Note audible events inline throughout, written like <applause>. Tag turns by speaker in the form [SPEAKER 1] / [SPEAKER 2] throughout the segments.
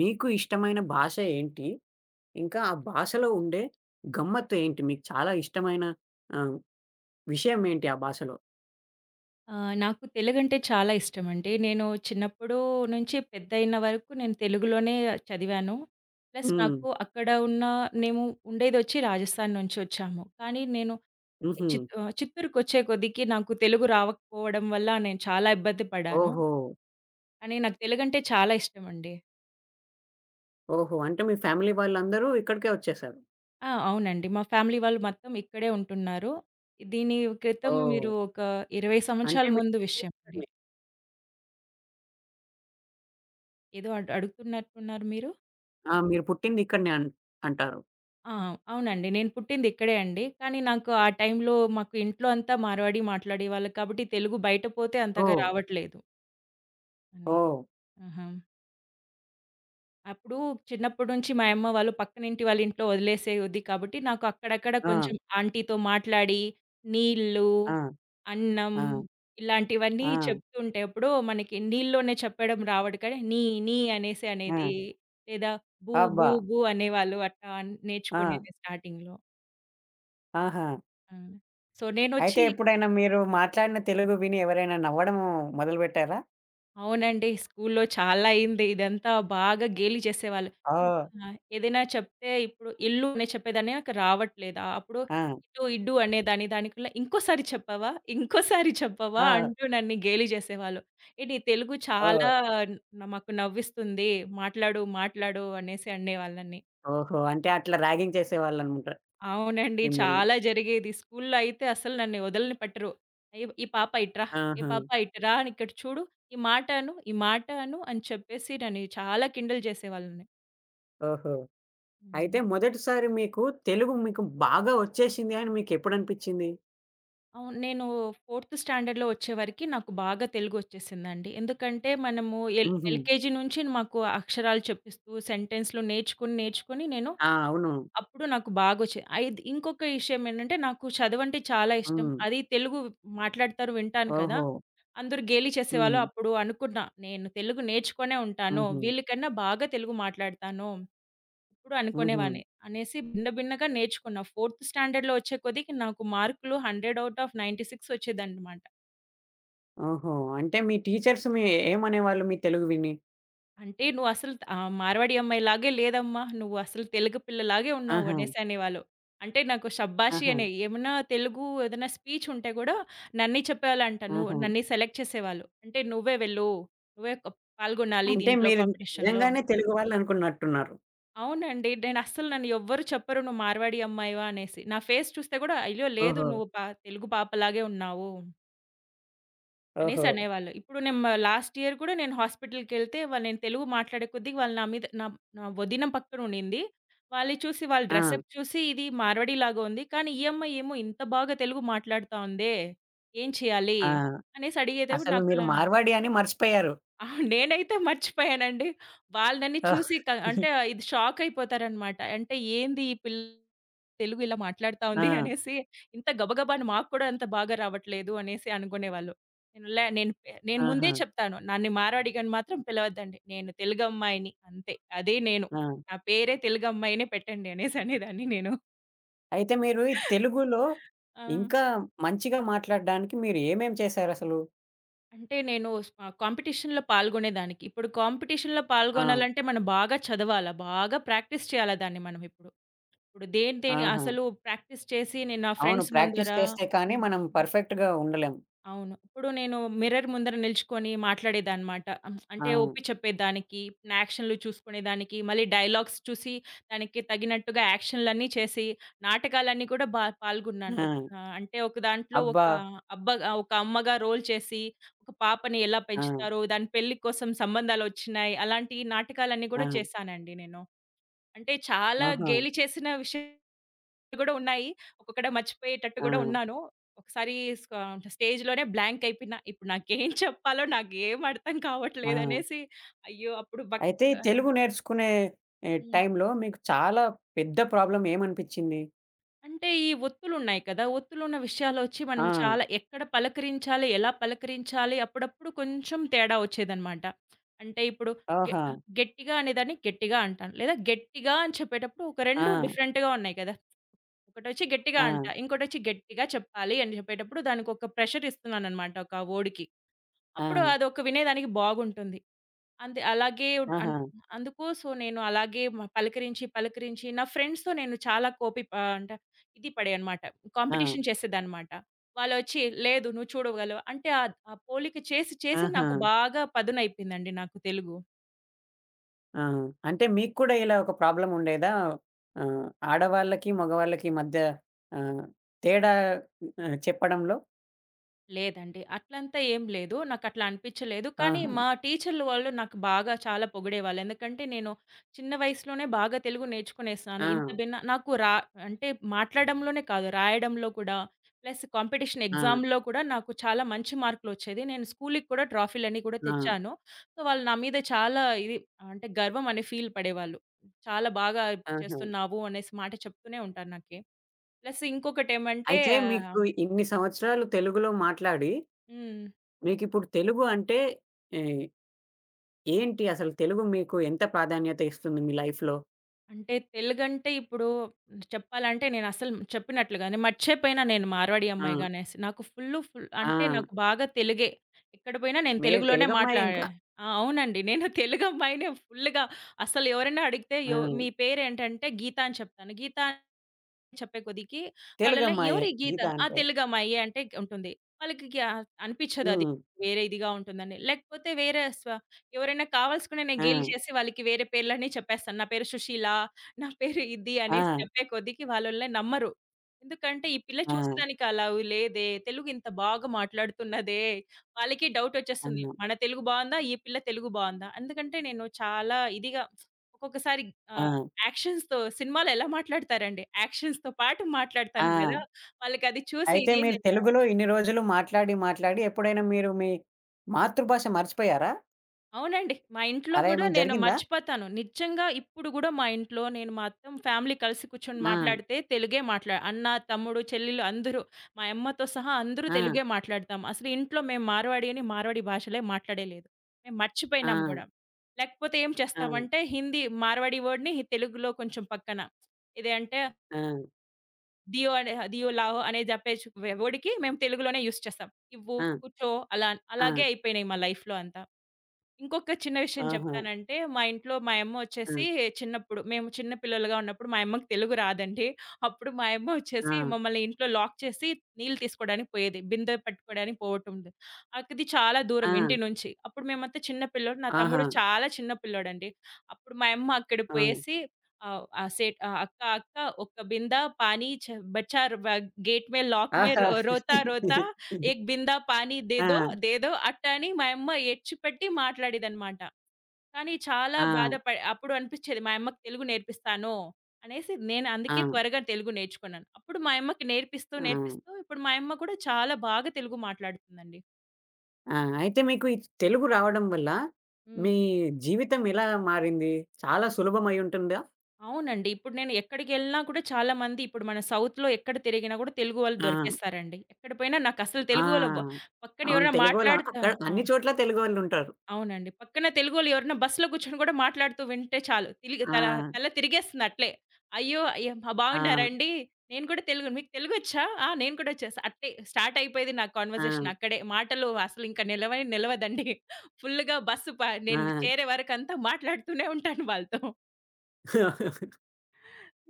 [SPEAKER 1] మీకు ఇష్టమైన భాష ఏంటి? ఇంకా ఆ భాషలో ఉండే గమ్మత్తు ఏంటి? మీకు చాలా ఇష్టమైన ఆహ్, విషయం ఏంటి ఆ భాషలో?
[SPEAKER 2] ఆ! నాకు తెలుగంటే చాలా ఇష్టమండి. నేను చిన్నప్పుడు నుంచి పెద్దయిన వరకు నేను తెలుగులోనే చదివాను. ప్లస్
[SPEAKER 1] హ్మ్.
[SPEAKER 2] నాకు అక్కడ ఉన్న మేము ఉండేదొచ్చి రాజస్థాన్ నుంచొచ్చాము. కానీ నేను
[SPEAKER 1] హుహు.
[SPEAKER 2] చిత్తూరుకొచ్చే కొద్దికి నాకు తెలుగు రావకపోవడం వల్ల నేను చాలా ఇబ్బంది పడాను.
[SPEAKER 1] ఓహో!
[SPEAKER 2] కానీ నాకు తెలుగంటే చాలా ఇష్టమండి.
[SPEAKER 1] ఓహో! అంటే మీ ఫ్యామిలీ వాళ్ళందరూ ఇక్కడికే వచ్చేసారు.
[SPEAKER 2] ఆ! అవునండి. మా ఫ్యామిలీ వాళ్ళు మొత్తం ఇక్కడే ఉంటున్నారు. దీని క్రితం
[SPEAKER 1] ఓహ్!
[SPEAKER 2] మీరు ఒక 20
[SPEAKER 1] అంటే
[SPEAKER 2] సంవత్సరాల
[SPEAKER 1] మీరు
[SPEAKER 2] ముందు
[SPEAKER 1] పుట్టింది
[SPEAKER 2] విషయం అండి.
[SPEAKER 1] ఇక్కడనే.
[SPEAKER 2] ఏదో అడుగుతున్నట్టున్నారు మీరు?
[SPEAKER 1] ఆ! మీరు పుట్టింది ఇక్కడనే అంటారు.
[SPEAKER 2] ఆ! అవునండి. నేను పుట్టింది ఇక్కడే అండి. కానీ నాకు ఆ టైంలో మాకు ఇంట్లో అంతా మార్వాడి మాట్లాడేవాళ్ళు కాబట్టి తెలుగు బయట పోతే అంతగా
[SPEAKER 1] ఓహ్!
[SPEAKER 2] రావట్లేదు అని.
[SPEAKER 1] ఓహ్!
[SPEAKER 2] ఆహా! అప్పుడు చిన్నప్పటి నుంచి మా యమ్మ వాళ్ళు పక్కనింటి వాళ్ళ ఇంట్లో వదిలేసేది కాబట్టి నాకు అక్కడక్కడ
[SPEAKER 1] ఆ!
[SPEAKER 2] కొంచెం ఆంటీతో మాట్లాడి నీళ్ళు,
[SPEAKER 1] ఆ!
[SPEAKER 2] అన్నం
[SPEAKER 1] ఆ!
[SPEAKER 2] ఇలాంటివన్నీ
[SPEAKER 1] ఆ!
[SPEAKER 2] చెప్తూ ఉంటే ఎప్పుడో మనకి నీళ్ళలోనే చెప్పడం రావడు కానీ నీ నీ అనేసి
[SPEAKER 1] ఆ!
[SPEAKER 2] అనేది లేదా బూ బూ
[SPEAKER 1] అబ్బా!
[SPEAKER 2] బూ అనేవాళ్ళు అట్లా
[SPEAKER 1] ఆ!
[SPEAKER 2] నేర్చుకునేది స్టార్టింగ్‌లో.
[SPEAKER 1] ఆహా!
[SPEAKER 2] ఆ! సో, నేనొచ్చి
[SPEAKER 1] అయితే ఎప్పుడైనా మీరు మాట్లాడిన తెలుగు విని ఎవరైనా నవ్వడం మొదలుపెట్టారా?
[SPEAKER 2] అవునండి. స్కూల్లో చాలా అయింది. ఇదంతా బాగా గేలి చేసేవాళ్ళు. హ్మ్.
[SPEAKER 1] ఓహ్!
[SPEAKER 2] ఆ! ఏదైనా చెప్తే ఇప్పుడు ఇల్లు అనే చెప్పేదాన్ని నాకు రావట్లేదా? అప్పుడు
[SPEAKER 1] ఆ!
[SPEAKER 2] ఇటు, ఇడ్డు అనేదాన్ని. దానికల్లా ఇంకోసారి చెప్పవా? ఇంకోసారి చెప్పవా?
[SPEAKER 1] ఆ!
[SPEAKER 2] అంటూ నన్ను గేలి చేసేవాళ్ళు. ఏ నీ తెలుగు చాలా
[SPEAKER 1] ఓహ్!
[SPEAKER 2] మాకు నవ్విస్తుంది. మాట్లాడు, మాట్లాడు అనేసి అనేవాళ్ళు నన్ని.
[SPEAKER 1] ఓహో! అంటే అట్లా ర్యాగింగ్ చేసేవాళ్ళనమాట
[SPEAKER 2] అవునండి.
[SPEAKER 1] మిమ్మల్ని.
[SPEAKER 2] చాలా జరిగేది. స్కూల్లో అయితే అసలు నన్ను వదలని పట్టరు. "అయ్యో! ఈ పాప ఇట్రా, ఏ
[SPEAKER 1] ఆహా!
[SPEAKER 2] పాప ఇటురా, ఇక్కడ చూడు, ఈ మాట అను, ఈ మాట అను" అని చెప్పేసి నన్ను చాలా కిండల్ చేసేవాళ్ళని.
[SPEAKER 1] ఓహో!
[SPEAKER 2] హ్మ్.
[SPEAKER 1] అయితే మొదటిసారి తెలుగు మీకు బాగా వచ్చేసింది అని మీకెప్పుడనిపించింది?
[SPEAKER 2] అవును. నేను ఫోర్త్ స్టాండర్డ్‌లో వచ్చేవరకి నాకు బాగా తెలుగొచ్చేసిందండి. ఎందుకంటే మనము ఎల్
[SPEAKER 1] హుహు.
[SPEAKER 2] ఎల్‌కేజీ నుంచి మాకు అక్షరాలు చెప్పిస్తూ సెంటెన్స్‌లు నేర్చుకొని, నేర్చుకొని నేను
[SPEAKER 1] ఆ! అవును.
[SPEAKER 2] అప్పుడు నాకు బాగొచ్చాయి. ఇంకొక విషయం ఏంటంటే, నాకు చదువంటే చాలా ఇష్టం.
[SPEAKER 1] హ్మ్.
[SPEAKER 2] అది తెలుగు మాట్లాడతారు వింటాను కదా!
[SPEAKER 1] ఓహో!
[SPEAKER 2] అందరూ గేలి చేసేవాళ్ళు.
[SPEAKER 1] హ్మ్.
[SPEAKER 2] అప్పుడు అనుకున్నా, నేను తెలుగు నేర్చుకొనే ఉంటాను.
[SPEAKER 1] హుహు.
[SPEAKER 2] వీళ్ళకన్నా బాగా తెలుగు మాట్లాడతాను. ఇప్పుడు
[SPEAKER 1] హుహు.
[SPEAKER 2] అనుకునేవాన్ని. అనేసి భిన్న భిన్నగా నేర్చుకున్నా. ఫోర్త్ స్టాండర్డ్‌లో వచ్చే కొద్దికి నాకు మార్కులు 100 ఔట్ ఆఫ్ 96 వచ్చేదన్నమాట.
[SPEAKER 1] ఓహో! అంటే మీ టీచర్స్ ఏమనేవాళ్ళు మీ తెలుగు విని?
[SPEAKER 2] అంటే "నువ్వసలు మార్వాడి అమ్మాయిలాగే లేదమ్మా. నువ్వు అసలు తెలుగు పిల్లలాగే ఉన్నావు"
[SPEAKER 1] ఆహా!
[SPEAKER 2] అనేసి అనేవాళ్ళు. అంటే నాకు షబ్బాషి
[SPEAKER 1] ఆహా!
[SPEAKER 2] అనే ఏమన్నా తెలుగు ఏదైనా స్పీచ్ ఉంటే గూడా నన్నే చెప్పేవాళ్ళంట. నువ్వు
[SPEAKER 1] ఆహా!
[SPEAKER 2] నన్నే సెలెక్ట్ చేసేవాళ్ళు. అంటే "నువ్వే వెళ్ళు. నువ్వే క పాల్గొనాలి
[SPEAKER 1] అంటే
[SPEAKER 2] దీంట్లో
[SPEAKER 1] మీరు
[SPEAKER 2] కాంపిటీషన్‌లో."
[SPEAKER 1] నిజంగానే తెలుగు వాళ్ళనుకున్నట్టున్నారు.
[SPEAKER 2] అవునండి. నేను అస్సలు నన్ను ఎవ్వరు చెప్పరు "నువ్వు మార్వాడి అమ్మాయివా" అనేసి. నా ఫేస్ చూస్తే గూడా "అయ్యో! లేదు
[SPEAKER 1] ఓహో!
[SPEAKER 2] నువ్వు తెలుగు పాపలాగే ఉన్నావు." అనేసి
[SPEAKER 1] ఓహో!
[SPEAKER 2] అనేవాళ్ళు. ఇప్పుడు నేను లాస్ట్ ఇయర్ కూడా నేను హాస్పిటల్‌కెళ్తే వాళ్ళు నేను తెలుగు మాట్లాడే కొద్దీ వాళ్ళు నా మీద నా నా వదిన పక్కన ఉండింది. వాళ్ళని చూసి వాళ్ళ
[SPEAKER 1] ఆ!
[SPEAKER 2] డ్రెసప్ చూసి ఇది మార్వాడిలాగా ఉంది. కానీ ఈ అమ్మాయి ఏమో ఇంత బాగా తెలుగు మాట్లాడుతా ఉందే! ఏం చేయాలి?
[SPEAKER 1] ఆ!
[SPEAKER 2] అనేసి అడిగేటప్పుడు
[SPEAKER 1] అసలు మీరు
[SPEAKER 2] నాకలా
[SPEAKER 1] మార్వాడి అని మర్చిపోయారు.
[SPEAKER 2] ఆ! నేనైతే మర్చిపోయానండి. వాళ్ళు నన్ను చూసి అంటే ఇది షాక్ అయిపోతారనమాట. అంటే ఏంది ఈ పిల్ల తెలుగు ఇలా మాట్లాడుతా ఉంది
[SPEAKER 1] ఆ!
[SPEAKER 2] అనేసి, ఇంత గబగబా మాకు కూడా అంత బాగా రావట్లేదు అనేసి అనుకునేవాళ్ళు. నేను లే నేను పె నేను ముందే
[SPEAKER 1] ఆహా!
[SPEAKER 2] చెప్తాను. నన్ను మార్వాడిగని మాత్రం పిలవద్దండి. నేను తెలుగమ్మాయిని అంతే. అదే నేను.
[SPEAKER 1] ఆ!
[SPEAKER 2] నా పేరే తెలుగమ్మాయినే పెట్టండి అనేసి అనేదాన్ని నేను.
[SPEAKER 1] అయితే మీరు ఈ తెలుగులో
[SPEAKER 2] ఆ!
[SPEAKER 1] ఇంకా మంచిగా మాట్లాడడానికి మీరు ఏమేం చేశారసలు?
[SPEAKER 2] అంటే నేను కాంపిటీషన్‌లో పాల్గొనేదానికి. ఇప్పుడు కాంపిటీషన్‌లో
[SPEAKER 1] ఆ!
[SPEAKER 2] పాల్గొనాలంటే మనం బాగా చదవాలా, బాగా ప్రాక్టీస్ చేయాలా దాన్ని మనం ఇప్పుడు. ఇప్పుడు దేని దేని
[SPEAKER 1] ఆహా!
[SPEAKER 2] అసలు ప్రాక్టీస్ చేసి నేను నా
[SPEAKER 1] అవును.
[SPEAKER 2] ఫ్రెండ్స్ ముందర
[SPEAKER 1] ప్రాక్టీస్ చేస్తే కానీ
[SPEAKER 2] హ్మ్.
[SPEAKER 1] మనం పర్ఫెక్ట్‌గా ఉండలేం.
[SPEAKER 2] అవును. ఇప్పుడు నేను మిర్రర్ ముందర నిలుచుకొని మాట్లాడేదనమాట. హ్మ్.
[SPEAKER 1] ఆ!
[SPEAKER 2] అంటే ఒప్పి చెప్పేదానికి, నా యాక్షన్‌లు చూసుకునేదానికి, మళ్ళీ డైలాగ్స్ చూసి దానికి తగినట్టుగా యాక్షన్‌లన్నీ చేసి, నాటకాలన్నీ కూడా బా పాల్గొన్నాను.
[SPEAKER 1] ఆ!
[SPEAKER 2] అంటే ఒక దాంట్లో
[SPEAKER 1] అబ్బా!
[SPEAKER 2] ఒక అమ్మగా రోల్ చేసి, ఒక పాపని ఎలా
[SPEAKER 1] ఆ!
[SPEAKER 2] పెంచుతారో, దాని పెళ్లి కోసం సంబంధాలొచ్చినాయి. అలాంటి నాటకాలన్నీ
[SPEAKER 1] ఆ!
[SPEAKER 2] గూడా చేశానండి నేను. అంటే చాలా
[SPEAKER 1] ఆహా!
[SPEAKER 2] గేలి చేసిన విషయం కూడా ఉన్నాయి. ఒక్కొక్కటి మర్చిపోయేటట్టు
[SPEAKER 1] ఆ!
[SPEAKER 2] గూడా ఉన్నాను. ఒకసారి స్క స్టేజ్‌లోనే బ్లాంక్ అయిపోయినా. ఇప్పుడు నాకేం చెప్పాలో నాకేం అర్థం
[SPEAKER 1] ఆ!
[SPEAKER 2] కావట్లేదనేసి అయ్యో!
[SPEAKER 1] అయితే ఈ
[SPEAKER 2] ఆహ్,
[SPEAKER 1] తెలుగు నేర్చుకునే ఎ
[SPEAKER 2] హ్మ్.
[SPEAKER 1] టైంలో మీకు చాలా పెద్ద ప్రాబ్లమ్ ఏమనిపించింది?
[SPEAKER 2] అంటే ఈ ఒత్తులున్నాయి కదా! ఒత్తులున్న విషయాలొచ్చి మనం
[SPEAKER 1] ఆ!
[SPEAKER 2] చాలా ఎక్కడ పలకరించాలి, ఎలా పలకరించాలి అప్పుడప్పుడు కొంచెం తేడా వచ్చేదనమాట. అంటే ఇప్పుడు గె
[SPEAKER 1] ఓహో!
[SPEAKER 2] గట్టిగా అనేదాన్ని గట్టిగా అంటాను. లేదా గట్టిగా అని చెప్పేటప్పుడు ఒక 2
[SPEAKER 1] ఆ!
[SPEAKER 2] డిఫరెంట్‌గా ఉన్నాయి కదా! ఒకటొచ్చి గట్టిగా
[SPEAKER 1] ఆ!
[SPEAKER 2] అంట. ఇంకోటొచ్చి గట్టిగా చెప్పాలి అని చెప్పేటప్పుడు దానికొక ప్రెషర్ ఇస్తున్నాననమాట ఒక వర్డ్‌కి.
[SPEAKER 1] ఆ! ఆ!
[SPEAKER 2] అప్పుడు అదొక వినేదానికి బాగుంటుంది. అంతే అలాగే ఉడ్ అన్
[SPEAKER 1] ఆహా!
[SPEAKER 2] అందుకు సో, నేను అలాగే పలకరించి, పలకరించి నా ఫ్రెండ్స్‌తో నేను చాలా అంటే ఇది పడేయనమాట.
[SPEAKER 1] ఆ!
[SPEAKER 2] కాంపిటీషన్ చేసేదాన్నమాట. వాళ్ళొచ్చి లేదు నువ్వు చూడగలవు అంటే ఆ పోలిక చేసి, చేసి
[SPEAKER 1] ఆహా!
[SPEAKER 2] నాకు బాగా పదునయిపోయిందండి నాకు తెలుగు.
[SPEAKER 1] ఆహా! అంటే మీకు కూడా ఇలా ఒక ప్రాబ్లమ్ ఉండేదా? ఆహ్, ఆడవాళ్ళకి, మగవాళ్ళకి మధ్య ఆహ్, తేడా చెప్పడంలో?
[SPEAKER 2] లేదండి. అట్లంతా ఏం లేదు. నాకట్లా అనిపిచ్చలేదు. కానీ
[SPEAKER 1] ఆహా!
[SPEAKER 2] మా టీచర్లు వాళ్ళు నాకు బాగా చాలా పొగిడేవాళ్ళు. ఎందుకంటే నేను చిన్న వయసులోనే బాగా తెలుగు నేర్చుకునేసాను.
[SPEAKER 1] ఆ!
[SPEAKER 2] ఇంత భిన్న నాకు రా అంటే మాట్లాడడంలోనే కాదు, రాయడంలో కూడా ప్లస్ కాంపిటీషన్
[SPEAKER 1] ఆ!
[SPEAKER 2] ఎగ్జామ్‌లో కూడా నాకు చాలా మంచి మార్కులొచ్చేది. నేను స్కూలుకి కూడా ట్రాఫీలన్నీ కూడా
[SPEAKER 1] ఆ!
[SPEAKER 2] తెచ్చాను. సో, వాళ్ళు నా మీద చాలా ఇది అంటే గర్వం అనే ఫీల్ పడేవాళ్ళు. చాలా బాగా
[SPEAKER 1] ఆహా!
[SPEAKER 2] చేస్తున్నావు అనేసి మాట చెప్తూనే ఉంటారు నాకి. ప్లస్ ఇంకొకటేమంటే
[SPEAKER 1] అయితే
[SPEAKER 2] ఆహ్,
[SPEAKER 1] మీకు ఇన్ని సంవత్సరాలు తెలుగులో మాట్లాడి,
[SPEAKER 2] హ్మ్.
[SPEAKER 1] మీకిప్పుడు తెలుగు అంటే ఏ ఏంటి అసలు తెలుగు మీకు ఎంత ప్రాధాన్యత ఇస్తుంది మీ లైఫ్‌లో?
[SPEAKER 2] అంటే తెలుగంటే ఇప్పుడు చెప్పాలంటే నేనసలు చెప్పినట్లుగానే మర్చిపోయిన నేను మార్వాడి
[SPEAKER 1] ఆ!
[SPEAKER 2] అమ్మాయిగానే. నాకు ఫుల్
[SPEAKER 1] ఆ!
[SPEAKER 2] అంటే నాకు బాగా తెలుగే. ఎక్కడ పోయినా నేను
[SPEAKER 1] మీరు
[SPEAKER 2] తెలుగులోనే
[SPEAKER 1] తెలుగమ్మాయే
[SPEAKER 2] మాట్లాడే
[SPEAKER 1] ఇంకా.
[SPEAKER 2] ఆ! అవునండి. నేను తెలుగమ్మాయినే ఫుల్లుగా. అసలు ఎవరైనా అడిగితే
[SPEAKER 1] ఆ!
[SPEAKER 2] యో "మీ పేరేంటంటే గీత" అని చెప్తాను. గీత చెప్పే కొద్దికి వాళ్ళలా
[SPEAKER 1] తెలుగమ్మాయే
[SPEAKER 2] ఎవరు ఈ గీత?
[SPEAKER 1] గీత
[SPEAKER 2] ఆ!
[SPEAKER 1] అంటే.
[SPEAKER 2] తెలుగమ్మాయి అంటే ఉంటుంది. వాళ్ళకి గ్యా అనిపిచ్చదది.
[SPEAKER 1] హ్మ్.
[SPEAKER 2] వేరే ఇదిగా ఉంటుందని. లేకపోతే వేరే స్వ ఎవరైనా కావాల్సుకునే నేను
[SPEAKER 1] ఆ!
[SPEAKER 2] గేలి చేసి వాళ్ళకి వేరే పేర్లన్నీ చెప్పేస్తాను. నా పేరు సుశీల, నా పేరు ఇది
[SPEAKER 1] ఆ!
[SPEAKER 2] అనేసి చెప్పే కొద్దికి వాళ్ళోళ్ళే నమ్మరు. ఎందుకంటే ఈ పిల్ల
[SPEAKER 1] ఆ!
[SPEAKER 2] చూసేదానికి అలా లేదే, తెలుగు ఇంత బాగా మాట్లాడుతున్నదే, వాళ్ళకి
[SPEAKER 1] ఆ!
[SPEAKER 2] డౌటొచ్చేస్తుంది. మన తెలుగు బావుందా? ఈ పిల్ల తెలుగు బావుందా? ఎందుకంటే నేను చాలా ఇదిగా ఒక్కొక్కసారి
[SPEAKER 1] ఆ!
[SPEAKER 2] ఆహ్ యాక్షన్స్‌తో సినిమాలో ఎలా మాట్లాడతారండి. యాక్షన్స్‌తో పాటు
[SPEAKER 1] ఆ!
[SPEAKER 2] మాట్లాడతాను గదా! వాళ్ళకది చూసి
[SPEAKER 1] అయితే మీరు
[SPEAKER 2] ఇదేందంటే
[SPEAKER 1] తెలుగులో ఇన్ని రోజులు మాట్లాడి, మాట్లాడి ఎప్పుడైనా మీరు మీ మాతృభాష మర్చిపోయారా?
[SPEAKER 2] అవునండి. మా ఇంట్లో
[SPEAKER 1] అలా
[SPEAKER 2] గూడా
[SPEAKER 1] ఏమైనా
[SPEAKER 2] నేను
[SPEAKER 1] జరిగిందా?
[SPEAKER 2] మర్చిపోతాను. నిజంగా ఇప్పుడు గూడా మా ఇంట్లో నేను మొత్తం ఫ్యామిలీ కలిసి కూర్చొని
[SPEAKER 1] ఆ!
[SPEAKER 2] మాట్లాడితే తెలుగే మాట్లా అన్న, తమ్ముడు, చెల్లెలు అందరూ మా యమ్మతో సహా అందరూ
[SPEAKER 1] ఆ!
[SPEAKER 2] తెలుగే మాట్లాడతాం. అసలు ఇంట్లో మేము మార్వాడి అని మార్వాడి భాషలే మాట్లాడేలేదు. మేము
[SPEAKER 1] ఆ!
[SPEAKER 2] మర్చిపోయినాం గూడా. లేకపోతే ఏం
[SPEAKER 1] ఆ!
[SPEAKER 2] చేస్తామంటే హిందీ మార్వాడి వర్డ్‌ని తెలుగులో కొంచెం పక్కన ఇదే అంటే
[SPEAKER 1] ఆ!
[SPEAKER 2] డియో అనే డియో లావో అనే జపెచ్ వర్డ్‌కి మేము తెలుగులోనే యూజ్ చేస్తాం. ఇవ్వు,
[SPEAKER 1] ఆ!
[SPEAKER 2] కూర్చో అలా
[SPEAKER 1] ఆ!
[SPEAKER 2] అలాగే అయిపోయినాయి మా లైఫ్‌లో అంతా. ఇంకొక చిన్న విషయం
[SPEAKER 1] ఆహా!
[SPEAKER 2] చెప్తానంటే, మా ఇంట్లో మా యమ్మ
[SPEAKER 1] ఆ!
[SPEAKER 2] వచ్చేసి చిన్నప్పుడు మేము చిన్న పిల్లలుగా ఉన్నప్పుడు మా యమ్మకి తెలుగు రాదండి. అప్పుడు మా యమ్మ
[SPEAKER 1] ఆ!
[SPEAKER 2] వచ్చేసి మమ్మల్ని ఇంట్లో లాక్ చేసి నీళ్ళు తీసుకోవడానికి పోయేది. బిందె పట్టుకోవడానికి పోవటంది. అది చాలా
[SPEAKER 1] ఆ!
[SPEAKER 2] దూరం ఇంటి నుంచి. అప్పుడు మేమంతా చిన్న పిల్లోడు. నా
[SPEAKER 1] ఆహా!
[SPEAKER 2] తమ్ముడు చాలా చిన్న పిల్లోడండి. అప్పుడు మా యమ్మ అక్కడ
[SPEAKER 1] ఆ!
[SPEAKER 2] పోయేసి ఆహ్, ఆహ్, సేట్ "అక్క అక్క ఒక్క బిందా పానీ చ బచ్చా వ గేట్ మే లాక్ మే
[SPEAKER 1] ఆహా!
[SPEAKER 2] రోతా రోతా"
[SPEAKER 1] <laughs>
[SPEAKER 2] ఏక్ బిందా పానీ దే దో,
[SPEAKER 1] ఆ!
[SPEAKER 2] దే దో అట్ట అని మా యమ్మ ఎడ్చిపెట్టి మాట్లాడేదనమాట. కానీ చాలా
[SPEAKER 1] ఆ!
[SPEAKER 2] బాధప అప్పుడు అనిపిచ్చేది మా యమ్మకి తెలుగు నేర్పిస్తాను అనేసి నేను
[SPEAKER 1] ఆ!
[SPEAKER 2] అందుకే త్వరగా తెలుగు నేర్చుకున్నాను. అప్పుడు మా యమ్మకి నేర్పిస్తూ,
[SPEAKER 1] ఆ!
[SPEAKER 2] నేర్పిస్తూ ఇప్పుడు మా యమ్మ కూడా చాలా బాగా తెలుగు మాట్లాడుతుందండి.
[SPEAKER 1] ఆ! అయితే మీకు ఈ తెలుగు రావడం వల్ల మీ
[SPEAKER 2] హ్మ్.
[SPEAKER 1] జీవితం ఎలా మారింది? చాలా సులభం అయ్యుంటుందా?
[SPEAKER 2] అవునండి. ఇప్పుడు నేను ఎక్కడికెళ్ళినా కూడా చాలా మంది ఇప్పుడు మన సౌత్‌లో ఎక్కడ తిరిగినా కూడా తెలుగు వాళ్ళు
[SPEAKER 1] ఆ!
[SPEAKER 2] దొరికేస్తారండి. ఎక్కడ పోయినా నాకసలు తెలుగు వాళ్ళు వ
[SPEAKER 1] ఆ!
[SPEAKER 2] పక్కన
[SPEAKER 1] అవును.
[SPEAKER 2] ఎవరైనా
[SPEAKER 1] తెలుగోళ్ళ
[SPEAKER 2] మాట్లాడితే
[SPEAKER 1] అక్కడ
[SPEAKER 2] ఆ!
[SPEAKER 1] అన్ని చోట్ల తెలుగోళ్ళుంటారు.
[SPEAKER 2] అవునండి. పక్కన తెలుగోళ్ళు ఎవరైనా బస్సులో కూర్చొని కూడా మాట్లాడుతూ వింటే చాలు. తిలిగి
[SPEAKER 1] ఆ!
[SPEAKER 2] తల తల తిరిగేస్తుంది అట్లే. అయ్యో! అయ్యో! "మా
[SPEAKER 1] ఆ!
[SPEAKER 2] బాగున్నారండి? నేను కూడా తెలుగు మీకు తెలుగొచ్చా? ఆ! నేను కూడా వచ్చేసా." అట్టే స్టార్ట్ అయిపోయేది నా
[SPEAKER 1] ఆ!
[SPEAKER 2] కన్వర్జేషన్ అక్కడే. మాటలు అసలు ఇంకా నిలవనే నిలవదండి. ఫుల్‌గా బస్సు ప నేను
[SPEAKER 1] ఆ!
[SPEAKER 2] చేరే వరకంతా మాట్లాడుతూనే ఉంటాను వాళ్ళతో.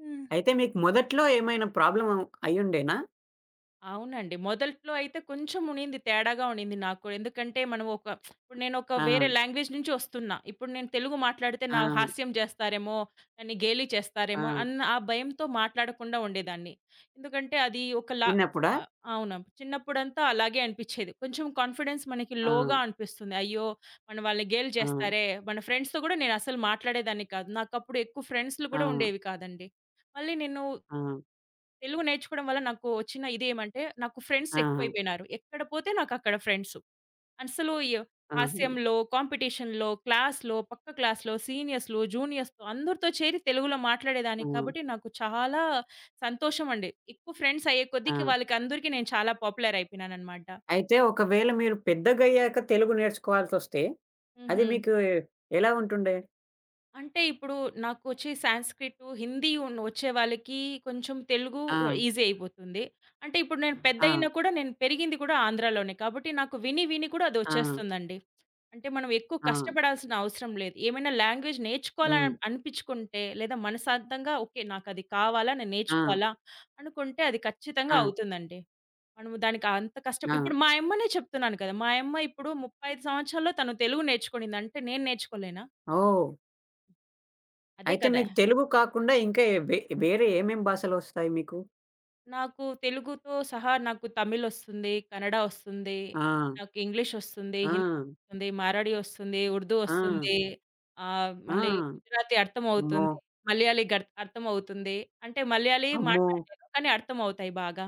[SPEAKER 2] హ్మ్.
[SPEAKER 1] అయితే మీకు మొదట్లో ఏమైనా ప్రాబ్లమ్ అయ్యుండేనా?
[SPEAKER 2] అవునండి. మొదట్లో అయితే కొంచెం ఉండింది. తేడాగా ఉండింది నాకు కూడా. ఎందుకంటే మనం ఒక ఇప్పుడు నేనొక వేరే
[SPEAKER 1] ఆ!
[SPEAKER 2] లాంగ్వేజ్ నుంచి వస్తున్నా. ఇప్పుడు నేను తెలుగు మాట్లాడితే
[SPEAKER 1] ఆ!
[SPEAKER 2] నా హాస్యం చేస్తారేమో, నన్ను గేలి
[SPEAKER 1] ఆ!
[SPEAKER 2] చేస్తారేమో అన్న ఆ భయంతో మాట్లాడకుండా ఉండేదాన్ని. ఎందుకంటే అది ఒకలా
[SPEAKER 1] చిన్నప్పుడా?
[SPEAKER 2] అవును. చిన్నప్పుడంతా అలాగే అనిపిచ్చేది. కొంచెం కాన్ఫిడెన్స్ మనకి
[SPEAKER 1] ఆ!
[SPEAKER 2] లోగా అనిపిస్తుంది. అయ్యో! మన వాళ్ళని గేలి
[SPEAKER 1] ఆ!
[SPEAKER 2] చేస్తారే! మన ఫ్రెండ్స్‌తో కూడా నేనసలు మాట్లాడేదాన్ని కాదు. నాకప్పుడు ఎక్కువ ఫ్రెండ్సులు
[SPEAKER 1] ఆ!
[SPEAKER 2] కూడా ఉండేవి కాదండి. మళ్ళీ నేను
[SPEAKER 1] ఆ!
[SPEAKER 2] తెలుగు నేర్చుకోవడం వల్ల నాకు వచ్చిన ఇదేమంటే, నాకు ఫ్రెండ్స్
[SPEAKER 1] ఆహా!
[SPEAKER 2] ఎక్కువైపోయినారు. ఎక్కడ పోతే నాకక్కడ ఫ్రెండ్సు. అసలు య
[SPEAKER 1] ఆహా!
[SPEAKER 2] హాస్యంలో, కాంపిటీషన్‌లో, క్లాస్‌లో, పక్క క్లాస్‌లో, సీనియర్స్‌లో, జూనియర్స్‌తో అందరితో చేరి తెలుగులో
[SPEAKER 1] ఆ!
[SPEAKER 2] మాట్లాడేదాన్ని. కాబట్టి నాకు చాలా సంతోషమండి. ఎక్కువ ఫ్రెండ్స్ అయ్యే
[SPEAKER 1] ఆ!
[SPEAKER 2] కొద్దికి వాళ్ళకందరికీ నేను చాలా పాపులర్ అయిపోయినాననమాట.
[SPEAKER 1] అయితే ఒకవేళ మీరు పెద్దగయ్యాక తెలుగు నేర్చుకోవాల్సొస్తే అది
[SPEAKER 2] హుహు.
[SPEAKER 1] మీకు ఎలా ఉంటుండే?
[SPEAKER 2] అంటే ఇప్పుడు నాకొచ్చి సాంస్క్రిటు, హిందీ ఉన్ వచ్చే వాళ్ళకి కొంచెం తెలుగు
[SPEAKER 1] ఆ!
[SPEAKER 2] ఈజీ అయిపోతుంది. అంటే ఇప్పుడు నేను
[SPEAKER 1] ఆ!
[SPEAKER 2] పెద్దయినా కూడా నేను పెరిగింది కూడా ఆంధ్రాలోనే. కాబట్టి నాకు విని విని కూడా
[SPEAKER 1] ఆ!
[SPEAKER 2] అదొచ్చేస్తుందండి. అంటే మనం ఎక్కువ
[SPEAKER 1] ఆ!
[SPEAKER 2] కష్టపడాల్సిన అవసరం లేదు. ఏమైనా లాంగ్వేజ్ నేర్చుకోవాలని
[SPEAKER 1] హ్మ్.
[SPEAKER 2] అనిపిచ్చుకుంటే లేదా మనసాంతంగా ఓకే. నాకది కావాలా, నేను
[SPEAKER 1] ఆ!
[SPEAKER 2] నేర్చుకోవాలా అనుకుంటే అది ఖచ్చితంగా
[SPEAKER 1] ఆ!
[SPEAKER 2] అవుతుందండి. మనము దానికి అంత కష్టం
[SPEAKER 1] ఆ!
[SPEAKER 2] ఇప్పుడు మా యమ్మనే చెప్తున్నాను కదా! మా యమ్మ ఇప్పుడు 35 సంవత్సరాల్లో తను తెలుగు నేర్చుకునిందంటే నేను నేర్చుకోలేనా?
[SPEAKER 1] ఓహ్!
[SPEAKER 2] అదే
[SPEAKER 1] అయితే
[SPEAKER 2] కదా!
[SPEAKER 1] మీకు తెలుగు కాకుండా ఇంకా వె వేరే ఏమేం భాషలొస్తాయి మీకు?
[SPEAKER 2] నాకు తెలుగుతో సహా నాకు తమిళొస్తుంది, కన్నడ ఒస్తుంది,
[SPEAKER 1] ఆ!
[SPEAKER 2] నాకు ఇంగ్లీషొస్తుంది,
[SPEAKER 1] ఆ!
[SPEAKER 2] హిందీ ఒస్తుంది, మారాఠీ ఒస్తుంది, ఉర్దూ
[SPEAKER 1] ఆ!
[SPEAKER 2] ఒస్తుంది,
[SPEAKER 1] ఆ!
[SPEAKER 2] మళ్ళీ గుజరాతీ
[SPEAKER 1] అమ్మో!
[SPEAKER 2] అర్థమవుతుంది, మలయాళీ అర్థమవుతుంది. అంటే మలయాళీ
[SPEAKER 1] అమ్మో!
[SPEAKER 2] మాట్లాడలేను, కానీ అర్థమవుతాయి బాగా.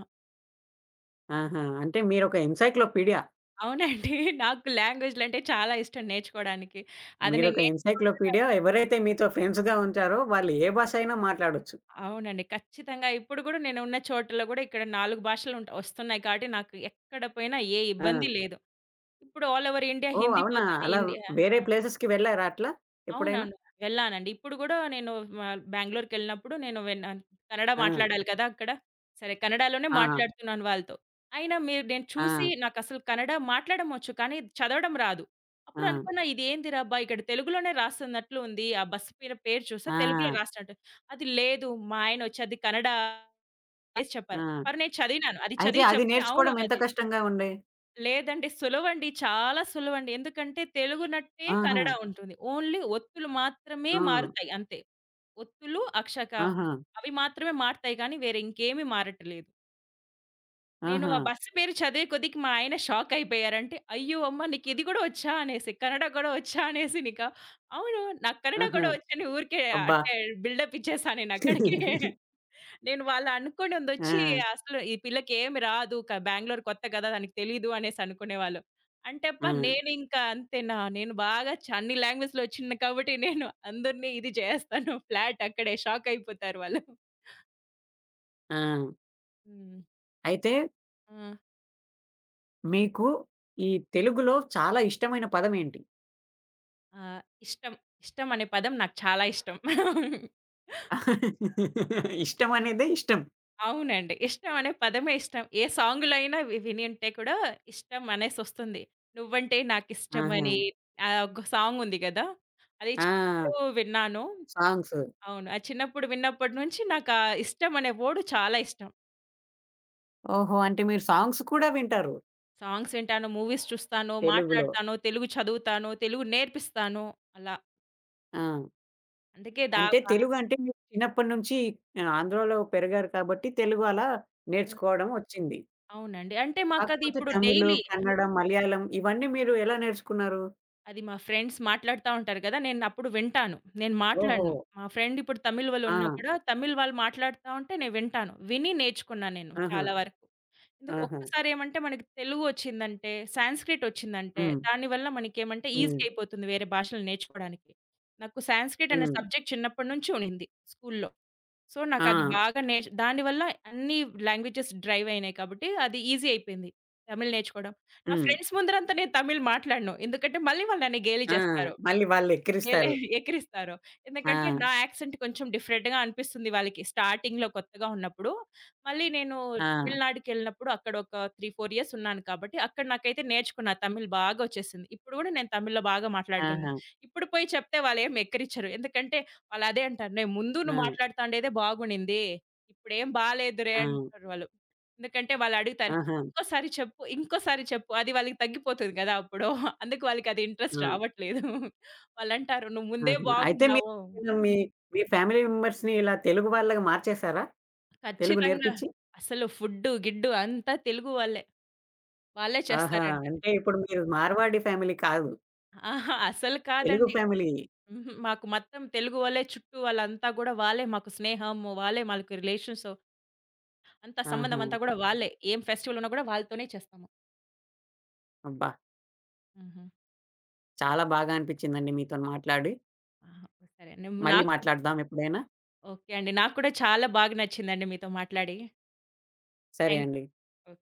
[SPEAKER 1] ఆహా! అంటే మీరొక ఎన్‌సైక్లోపీడియా.
[SPEAKER 2] అవునండి. <laughs> నాకు లాంగ్వేజ్‌లంటే చాలా ఇష్టం నేర్చుకోవడానికి. అది నేను
[SPEAKER 1] మీరొక
[SPEAKER 2] నేర్చుకుంటూనే
[SPEAKER 1] ఎన్‌సైక్లోపీడియా.
[SPEAKER 2] ఉంటాను.
[SPEAKER 1] ఎవరైతే మీతో ఫ్రెండ్స్‌గా ఉంటారో వాళ్ళు ఏ భాష అయినా మాట్లాడొచ్చు.
[SPEAKER 2] అవునండి. ఖచ్చితంగా ఇప్పుడు గూడా నేనున్న చోటలో గూడా ఇక్కడ 4 భాషలుంట ఒస్తున్నాయి కాబట్టి నాకు ఎక్కడ పోయినా ఏ
[SPEAKER 1] ఆ!
[SPEAKER 2] ఇబ్బంది లేదు. ఇప్పుడు all over India
[SPEAKER 1] oh!
[SPEAKER 2] Hindi
[SPEAKER 1] అవునా?
[SPEAKER 2] పోతుంది.
[SPEAKER 1] అలా
[SPEAKER 2] ఇండియా
[SPEAKER 1] వేరే
[SPEAKER 2] అవును.
[SPEAKER 1] ప్లేసెస్‌కి వెళ్లారా అట్లా ఎప్పుడైనా?
[SPEAKER 2] అవునవును. వెళ్ళానండి. ఇప్పుడు గూడా నేను మ బెంగుళూరుకెళ్ళినప్పుడు నేను విన్నాను. కన్నడ
[SPEAKER 1] ఆ!
[SPEAKER 2] మాట్లాడాలి కదా! అక్కడ. సరే కన్నడలోనే
[SPEAKER 1] ఆ!
[SPEAKER 2] మాట్లాడుతున్నాను వాళ్ళతో. అయినా మీరు నేను చూసి
[SPEAKER 1] ఆ!
[SPEAKER 2] నాకసలు కన్నడ మాట్లాడడం వచ్చు. కానీ చదవడం రాదు.
[SPEAKER 1] ఆ!
[SPEAKER 2] అప్పుడు అనుకున్నా ఇదేందిరా అబ్బా! ఇక్కడ తెలుగులోనే రాస్తున్నట్లు ఉంది. ఆ బస్సు పేరు చూస్తే
[SPEAKER 1] ఆ!
[SPEAKER 2] తెలుగులో రాసినట్టు. అది లేదు మా ఆయనొచ్చి అది కన్నడ అనేసి
[SPEAKER 1] ఆ!
[SPEAKER 2] చెప్పారు. మరి నేను చదివినాను. అది
[SPEAKER 1] అయితే
[SPEAKER 2] చదివి
[SPEAKER 1] అది
[SPEAKER 2] చెప్తే అవును
[SPEAKER 1] నేర్చుకోవడం ఎంత
[SPEAKER 2] అది
[SPEAKER 1] కష్టంగా ఉండే?
[SPEAKER 2] లేదండి. సులువండి. చాలా సులువండి. ఎందుకంటే తెలుగునట్టే
[SPEAKER 1] ఆహా!
[SPEAKER 2] కన్నడ ఉంటుంది. ఓన్లీ ఒత్తులు మాత్రమే
[SPEAKER 1] ఆ!
[SPEAKER 2] మారుతాయి అంతే. ఒత్తులు, అక్షక
[SPEAKER 1] ఆహా!
[SPEAKER 2] అవి మాత్రమే మారతాయి కానీ వేరే ఇంకేమి మారట్లేదు. నేను
[SPEAKER 1] ఆహా!
[SPEAKER 2] ఆ బస్సు పేరు చదివే కొద్దికి మా ఆయన షాక్ అయిపోయారంటే, "అయ్యో! అమ్మ నీకు ఇది గూడా వచ్చా?" అనేసి. కన్నడ గూడా వచ్చా అనేసి. నీకా అవును. నాకు కన్నడ
[SPEAKER 1] ఆహా!
[SPEAKER 2] గూడా వచ్చని ఊరికే
[SPEAKER 1] అబ్బా!
[SPEAKER 2] అంటే బిల్డప్ ఇచ్చేసా నేనక్కడికే.
[SPEAKER 1] <laughs>
[SPEAKER 2] నేను వాళ్ళు
[SPEAKER 1] ఆ!
[SPEAKER 2] అనుకోనిందొచ్చి అసలు ఈ పిల్లకేమి రాదు. బెంగుళూరు కొత్త కదా! దానికి తెలీదు అనేసి అనుకునేవాళ్ళు. అంటే
[SPEAKER 1] ఆ!
[SPEAKER 2] అబ్బా! నేనింకా అంతేనా! నేను బాగా చ అన్ని లాంగ్వేజ్‌లో వచ్చిన కాబట్టి నేను అందరిని ఇది చేస్తాను. ఫ్లాట్ అక్కడే షాక్ అయిపోతారు వాళ్ళు.
[SPEAKER 1] ఆ!
[SPEAKER 2] హ్మ్.
[SPEAKER 1] అయితే
[SPEAKER 2] ఆ!
[SPEAKER 1] మీకు ఈ తెలుగులో చాలా ఇష్టమైన పదం ఏంటి?
[SPEAKER 2] ఆహ్, ఇష్టం. ఇష్టం అనే పదం నాకు చాలా ఇష్టం. <laughs>
[SPEAKER 1] <laughs> ఇష్టం అనేదే ఇష్టం.
[SPEAKER 2] అవునండి. ఇష్టం అనే పదమే ఇష్టం. ఏ సాంగ్‌లో అయినా విని ఉంటే కూడా ఇష్టం అనేసొస్తుంది. నువ్వంటే
[SPEAKER 1] ఆహా!
[SPEAKER 2] నాకిష్టమని ఒక సాంగ్ ఉంది గదా! అది
[SPEAKER 1] ఆ!
[SPEAKER 2] చిన్నప్పుడు విన్నాను.
[SPEAKER 1] సాంగ్స్.
[SPEAKER 2] అవును. అది చిన్నప్పుడు విన్నప్పటి నుంచి నాకు ఆ ఇష్టం అనే వర్డ్ చాలా ఇష్టం.
[SPEAKER 1] ఓహో! అంటే మీరు సాంగ్స్ కూడా వింటారు
[SPEAKER 2] సాంగ్స్ వింటాను, మూవీస్ చూస్తాను,
[SPEAKER 1] తెలుగులో.
[SPEAKER 2] మాట్లాడతాను, తెలుగు చదువుతాను, తెలుగు నేర్పిస్తాను అలా.
[SPEAKER 1] ఆ!
[SPEAKER 2] అందుకే దా
[SPEAKER 1] అంటే
[SPEAKER 2] బా
[SPEAKER 1] తెలుగు అంటే మీరు చిన్నప్పటి నుంచి ఆంధ్రాలో పెరిగారు కాబట్టి తెలుగు అలా
[SPEAKER 2] హ్మ్.
[SPEAKER 1] నేర్చుకోవడం వచ్చింది.
[SPEAKER 2] అవునండి. అంటే మాకది
[SPEAKER 1] కాకపోతే
[SPEAKER 2] ఇప్పుడు
[SPEAKER 1] తమిళ్,
[SPEAKER 2] డైలీ
[SPEAKER 1] కన్నడ, మలయాళం ఇవన్నీ మీరు ఎలా నేర్చుకున్నారు?
[SPEAKER 2] అది మా ఫ్రెండ్స్ మాట్లాడుతా ఉంటారు కదా! నేనప్పుడు వింటాను. నేను
[SPEAKER 1] ఓహో!
[SPEAKER 2] మాట్లాడను. మా ఫ్రెండ్ ఇప్పుడు తమిళ్
[SPEAKER 1] ఆ!
[SPEAKER 2] వాళ్ళున్నా కూడా తమిళ్ వాళ్ళు మాట్లాడుతా ఉంటే నేను వింటాను. విని నేర్చుకున్నా నేను
[SPEAKER 1] ఆహా!
[SPEAKER 2] చాలా వరకు. ఎందుకు
[SPEAKER 1] ఆహా!
[SPEAKER 2] ఒక్కసారి ఏమంటే మనకి తెలుగు వచ్చిందంటే, సాంస్క్రిట్ వచ్చిందంటే
[SPEAKER 1] హ్మ్.
[SPEAKER 2] దానివల్ల మనకేమంటే ఈజీ
[SPEAKER 1] హ్మ్.
[SPEAKER 2] అయిపోతుంది వేరే భాషలు నేర్చుకోవడానికి. నాకు సాంస్క్రిట్ అనే
[SPEAKER 1] హ్మ్.
[SPEAKER 2] సబ్జెక్ట్ చిన్నప్పటి నుంచి ఉండింది స్కూల్‌లో. సో,
[SPEAKER 1] ఆ!
[SPEAKER 2] నాకది బాగా దానివల్ల అన్ని లాంగ్వేజెస్ డ్రైవ్ అయినాయి కాబట్టి అది ఈజీ అయిపోయింది. తమిళ్ నేర్చుకోవడం. నా
[SPEAKER 1] హ్మ్.
[SPEAKER 2] ఫ్రెండ్స్ ముందరంతా నేను తమిళ్ మాట్లాడను. ఎందుకంటే మళ్ళీ వాళ్ళు నన్ను గేలి
[SPEAKER 1] ఆ!
[SPEAKER 2] చేస్తారు.
[SPEAKER 1] మళ్ళీ వాళ్ళు
[SPEAKER 2] ఎలే
[SPEAKER 1] ఎక్కిరిస్తారు.
[SPEAKER 2] ఎక్కిరిస్తారు.
[SPEAKER 1] ఆ!
[SPEAKER 2] ఎందుకంటే నా యాక్సెంట్ కొంచెం డిఫరెంట్‌గా అనిపిస్తుంది వాళ్ళకి. స్టార్టింగ్‌లో కొత్తగా ఉన్నప్పుడు. మళ్ళీ నేను
[SPEAKER 1] ఆ!
[SPEAKER 2] తమిళనాడుకెళ్ళినప్పుడు అక్కడ ఒక 3, 4 ఇయర్స్ ఉన్నాను కాబట్టి, అక్కడ నాకైతే నేర్చుకున్నా తమిళ్ బాగా వచ్చేసింది. ఇప్పుడు గూడా నేను తమిళ్‌లో బాగా మాట్లాడగలను.
[SPEAKER 1] ఆహా!
[SPEAKER 2] ఇప్పుడు పోయి చెప్తే వాళ్ళేమి ఎక్కిరిచ్చరు. ఎందుకంటే వాళ్ళు అదే అంటారు. "నేను ముందు
[SPEAKER 1] ఆ!
[SPEAKER 2] నువ్వు మాట్లాడుతాండేదే బాగునింది. ఇప్పుడేం బాలేదురే"
[SPEAKER 1] ఆ!
[SPEAKER 2] అంటారు వాళ్ళు. ఎందుకంటే వాళ్ళు అడుగుతారు.
[SPEAKER 1] ఆహా!
[SPEAKER 2] "ఇంకోసారి చెప్పు, ఇంకోసారి చెప్పు" అది వాళ్ళకి తగ్గిపోతుంది గదా! అప్పుడు. అందుకు వాళ్ళకి అది ఇంట్రెస్ట్
[SPEAKER 1] ఆ!
[SPEAKER 2] రావట్లేదు. వాళ్ళంటారు, "నువ్వు ముందే
[SPEAKER 1] ఆహా! అయితే
[SPEAKER 2] బాగున్నావు."
[SPEAKER 1] మీరు మీ మీ ఫ్యామిలీ మెంబర్స్‌ని ఇలా తెలుగు వాళ్ళగా మార్చేసారా? తెలుగు
[SPEAKER 2] ఖచ్చితంగా.
[SPEAKER 1] నేర్పించి?
[SPEAKER 2] అసలు ఫుడ్డు, గిడ్డు అంతా తెలుగు వాళ్ళే. వాళ్ళే
[SPEAKER 1] ఆహా!
[SPEAKER 2] చేస్తారండి.
[SPEAKER 1] అంటే ఇప్పుడు మీరు మార్వాడి ఫ్యామిలీ కాదు.
[SPEAKER 2] అహా! అసలు
[SPEAKER 1] తెలుగు
[SPEAKER 2] కాదండి.
[SPEAKER 1] ఫ్యామిలీ.
[SPEAKER 2] హుహు. మాకు మొత్తం తెలుగు వాళ్ళే చుట్టూ వాళ్ళంతా గూడా వాళ్ళే మాకు స్నేహము, వాళ్ళే మాకు రిలేషన్స్ అంతా సంబంధం
[SPEAKER 1] ఆహా!
[SPEAKER 2] అంతా గూడా వాళ్ళే. ఏం ఫెస్టివల్ ఉన్నా గూడా వాళ్ళతోనే చేస్తాము.
[SPEAKER 1] అబ్బా!
[SPEAKER 2] హుహు.
[SPEAKER 1] చాలా బాగా అనిపించిందండి మీతోని మాట్లాడి.
[SPEAKER 2] ఆహా! సరే. నే
[SPEAKER 1] మళ్ళీ
[SPEAKER 2] నాకు
[SPEAKER 1] మాట్లాడదాం ఎప్పుడైనా.
[SPEAKER 2] ఓకే అండి. నాకు కూడా చాలా బాగా నచ్చిందండి మీతో మాట్లాడి.
[SPEAKER 1] సరే
[SPEAKER 2] థాంక్
[SPEAKER 1] అండి.
[SPEAKER 2] యూ.